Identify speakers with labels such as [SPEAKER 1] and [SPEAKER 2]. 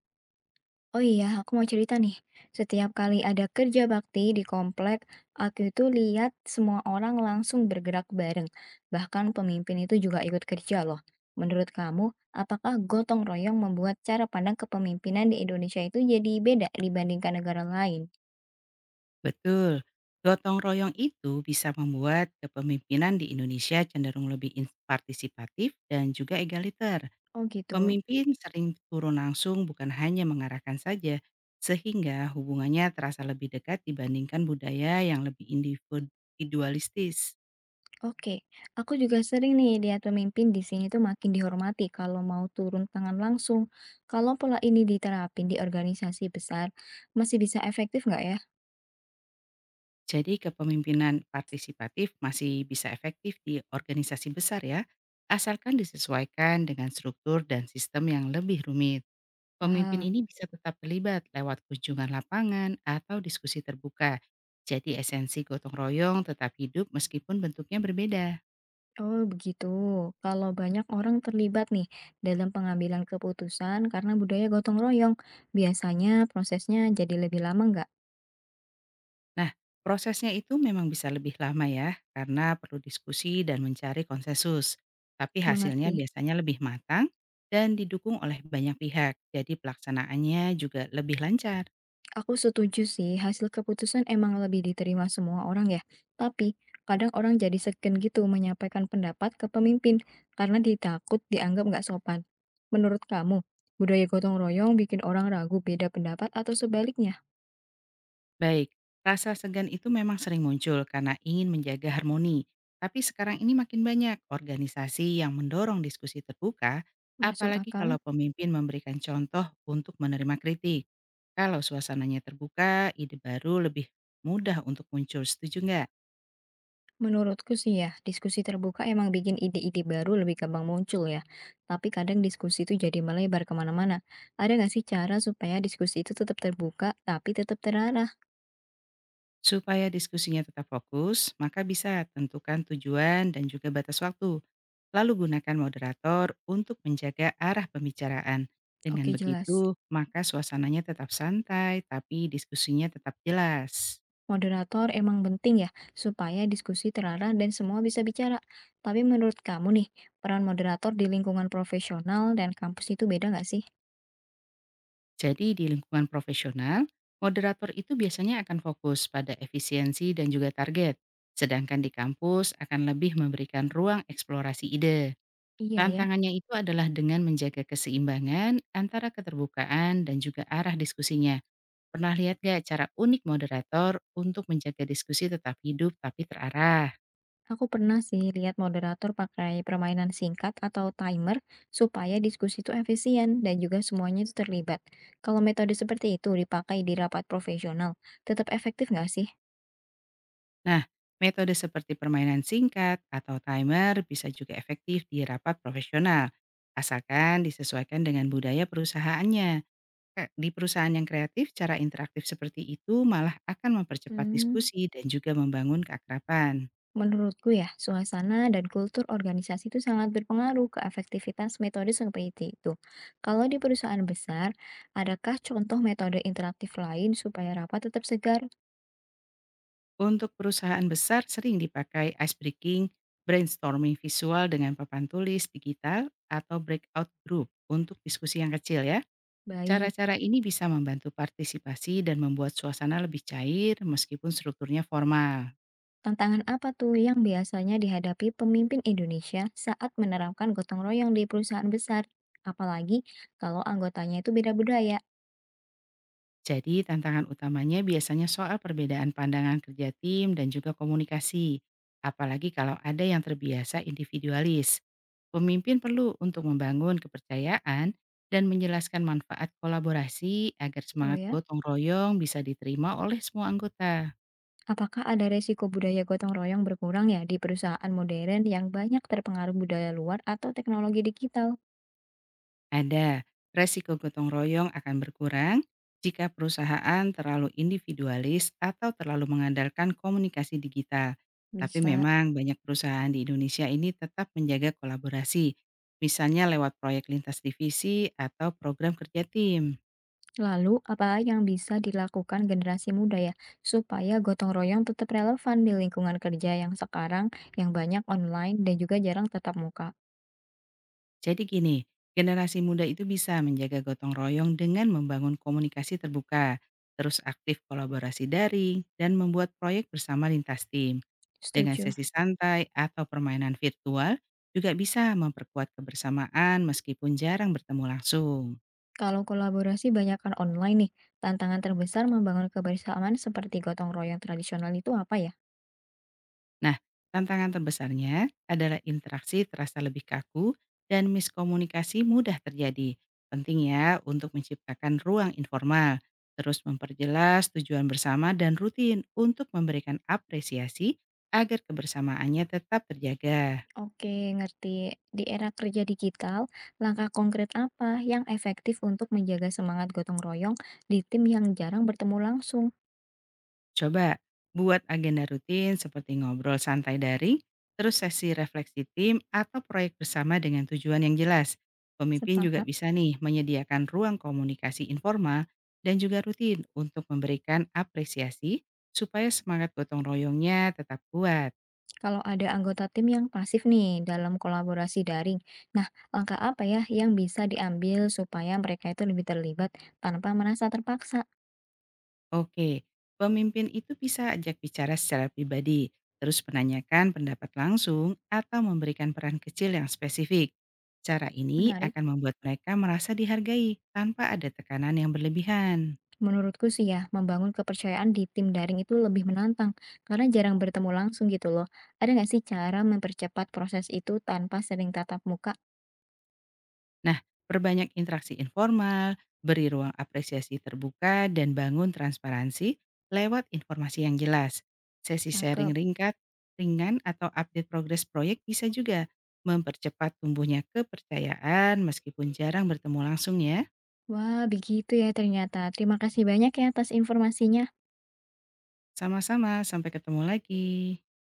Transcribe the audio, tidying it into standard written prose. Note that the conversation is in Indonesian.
[SPEAKER 1] Oh iya, aku mau cerita nih. Setiap kali ada kerja bakti di komplek, aku itu lihat semua orang langsung bergerak bareng. Bahkan pemimpin itu juga ikut kerja loh. Menurut kamu, apakah gotong royong membuat cara pandang kepemimpinan di Indonesia itu jadi beda dibandingkan negara lain?
[SPEAKER 2] Betul, gotong royong itu bisa membuat kepemimpinan di Indonesia cenderung lebih partisipatif dan juga egaliter.
[SPEAKER 1] Oh gitu.
[SPEAKER 2] Pemimpin sering turun langsung bukan hanya mengarahkan saja, sehingga hubungannya terasa lebih dekat dibandingkan budaya yang lebih individualistis.
[SPEAKER 1] Oke, aku juga sering nih lihat pemimpin di sini tuh makin dihormati kalau mau turun tangan langsung. Kalau pola ini diterapin di organisasi besar, masih bisa efektif nggak ya?
[SPEAKER 2] Jadi kepemimpinan partisipatif masih bisa efektif di organisasi besar ya, asalkan disesuaikan dengan struktur dan sistem yang lebih rumit. Pemimpin
[SPEAKER 1] Paham.
[SPEAKER 2] ini bisa tetap terlibat lewat kunjungan lapangan atau diskusi terbuka. Jadi esensi gotong royong tetap hidup meskipun bentuknya berbeda.
[SPEAKER 1] Oh begitu. Kalau banyak orang terlibat nih dalam pengambilan keputusan karena budaya gotong royong, biasanya prosesnya jadi lebih lama nggak?
[SPEAKER 2] Nah, prosesnya itu memang bisa lebih lama ya, karena perlu diskusi dan mencari konsensus. Tapi hasilnya
[SPEAKER 1] Mengerti.
[SPEAKER 2] biasanya lebih matang dan didukung oleh banyak pihak, jadi pelaksanaannya juga lebih lancar.
[SPEAKER 1] Aku setuju sih, hasil keputusan emang lebih diterima semua orang ya. Tapi kadang orang jadi segan gitu menyampaikan pendapat ke pemimpin karena ditakut dianggap nggak sopan. Menurut kamu, budaya gotong royong bikin orang ragu beda pendapat atau sebaliknya?
[SPEAKER 2] Baik, rasa segan itu memang sering muncul karena ingin menjaga harmoni. Tapi sekarang ini makin banyak organisasi yang mendorong diskusi terbuka,
[SPEAKER 1] Masuk
[SPEAKER 2] apalagi
[SPEAKER 1] akal?
[SPEAKER 2] kalau pemimpin memberikan contoh untuk menerima kritik. Kalau suasananya terbuka, ide baru lebih mudah untuk muncul, setuju nggak?
[SPEAKER 1] Menurutku sih ya, diskusi terbuka emang bikin ide-ide baru lebih gampang muncul ya. Tapi kadang diskusi itu jadi melebar kemana-mana. Ada nggak sih cara supaya diskusi itu tetap terbuka tapi tetap terarah?
[SPEAKER 2] Supaya diskusinya tetap fokus, maka bisa tentukan tujuan dan juga batas waktu. Lalu gunakan moderator untuk menjaga arah pembicaraan. Dengan
[SPEAKER 1] Oke jelas.
[SPEAKER 2] begitu, maka suasananya tetap santai, tapi diskusinya tetap jelas.
[SPEAKER 1] Moderator emang penting ya, supaya diskusi terarah dan semua bisa bicara. Tapi menurut kamu nih, peran moderator di lingkungan profesional dan kampus itu beda nggak sih?
[SPEAKER 2] Jadi di lingkungan profesional, moderator itu biasanya akan fokus pada efisiensi dan juga target. Sedangkan di kampus akan lebih memberikan ruang eksplorasi ide.
[SPEAKER 1] Iya ya.
[SPEAKER 2] Tantangannya itu adalah dengan menjaga keseimbangan antara keterbukaan dan juga arah diskusinya. Pernah lihat gak cara unik moderator untuk menjaga diskusi tetap hidup tapi terarah?
[SPEAKER 1] Aku pernah sih lihat moderator pakai permainan singkat atau timer supaya diskusi itu efisien dan juga semuanya itu terlibat. Kalau metode seperti itu dipakai di rapat profesional, tetap efektif nggak sih?
[SPEAKER 2] Nah, metode seperti permainan singkat atau timer bisa juga efektif di rapat profesional, asalkan disesuaikan dengan budaya perusahaannya. Di perusahaan yang kreatif, cara interaktif seperti itu malah akan mempercepat
[SPEAKER 1] Hmm,
[SPEAKER 2] diskusi dan juga membangun keakraban.
[SPEAKER 1] Menurutku ya, suasana dan kultur organisasi itu sangat berpengaruh ke efektivitas metode seperti itu. Kalau di perusahaan besar, adakah contoh metode interaktif lain supaya rapat tetap segar?
[SPEAKER 2] Untuk perusahaan besar sering dipakai ice breaking, brainstorming visual dengan papan tulis digital, atau breakout group untuk diskusi yang kecil ya.
[SPEAKER 1] Baik.
[SPEAKER 2] Cara-cara ini bisa membantu partisipasi dan membuat suasana lebih cair meskipun strukturnya formal.
[SPEAKER 1] Tantangan apa tuh yang biasanya dihadapi pemimpin Indonesia saat menerapkan gotong royong di perusahaan besar? Apalagi kalau anggotanya itu beda budaya.
[SPEAKER 2] Jadi tantangan utamanya biasanya soal perbedaan pandangan kerja tim dan juga komunikasi. Apalagi kalau ada yang terbiasa individualis. Pemimpin perlu untuk membangun kepercayaan dan menjelaskan manfaat kolaborasi agar
[SPEAKER 1] Oh
[SPEAKER 2] semangat
[SPEAKER 1] ya,
[SPEAKER 2] gotong royong bisa diterima oleh semua anggota.
[SPEAKER 1] apakah ada resiko budaya gotong royong berkurang ya di perusahaan modern yang banyak terpengaruh budaya luar atau teknologi digital?
[SPEAKER 2] Ada, resiko gotong royong akan berkurang jika perusahaan terlalu individualis atau terlalu mengandalkan komunikasi digital. Tapi
[SPEAKER 1] Bisa.
[SPEAKER 2] memang banyak perusahaan di Indonesia ini tetap menjaga kolaborasi, misalnya lewat proyek lintas divisi atau program kerja tim.
[SPEAKER 1] Lalu, apa yang bisa dilakukan generasi muda ya supaya gotong royong tetap relevan di lingkungan kerja yang sekarang yang banyak online dan juga jarang tetap muka?
[SPEAKER 2] Jadi gini, generasi muda itu bisa menjaga gotong royong dengan membangun komunikasi terbuka, terus aktif kolaborasi daring, dan membuat proyek bersama lintas tim. Dengan
[SPEAKER 1] Setuju.
[SPEAKER 2] sesi santai atau permainan virtual, juga bisa memperkuat kebersamaan meskipun jarang bertemu langsung.
[SPEAKER 1] Kalau kolaborasi banyakkan online nih, tantangan terbesar membangun kebersamaan seperti gotong royong tradisional itu apa ya?
[SPEAKER 2] Nah, tantangan terbesarnya adalah interaksi terasa lebih kaku dan miskomunikasi mudah terjadi. Penting ya untuk menciptakan ruang informal, terus memperjelas tujuan bersama dan rutin untuk memberikan apresiasi agar kebersamaannya tetap terjaga.
[SPEAKER 1] Oke, ngerti. Di era kerja digital, langkah konkret apa yang efektif untuk menjaga semangat gotong royong di tim yang jarang bertemu langsung?
[SPEAKER 2] Coba buat agenda rutin seperti ngobrol santai daring, terus sesi refleksi tim atau proyek bersama dengan tujuan yang jelas. Pemimpin juga
[SPEAKER 1] Sepakat.
[SPEAKER 2] bisa nih menyediakan ruang komunikasi informal dan juga rutin untuk memberikan apresiasi supaya semangat gotong royongnya tetap kuat.
[SPEAKER 1] Kalau ada anggota tim yang pasif nih dalam kolaborasi daring. Nah, langkah apa ya yang bisa diambil supaya mereka itu lebih terlibat tanpa merasa terpaksa?
[SPEAKER 2] Oke, pemimpin itu bisa ajak bicara secara pribadi, terus menanyakan pendapat langsung atau memberikan peran kecil yang spesifik. Cara ini
[SPEAKER 1] Menarik.
[SPEAKER 2] akan membuat mereka merasa dihargai tanpa ada tekanan yang berlebihan.
[SPEAKER 1] Menurutku sih ya, membangun kepercayaan di tim daring itu lebih menantang karena jarang bertemu langsung gitu loh. Ada nggak sih cara mempercepat proses itu tanpa sering tatap muka?
[SPEAKER 2] Nah, perbanyak interaksi informal, beri ruang apresiasi terbuka, dan bangun transparansi lewat informasi yang jelas. Sesi sharing
[SPEAKER 1] Cakep.
[SPEAKER 2] ringkat, ringan atau update progres proyek bisa juga mempercepat tumbuhnya kepercayaan meskipun jarang bertemu langsung ya.
[SPEAKER 1] Wah, begitu ya ternyata. Terima kasih banyak ya atas informasinya.
[SPEAKER 2] Sama-sama, sampai ketemu lagi.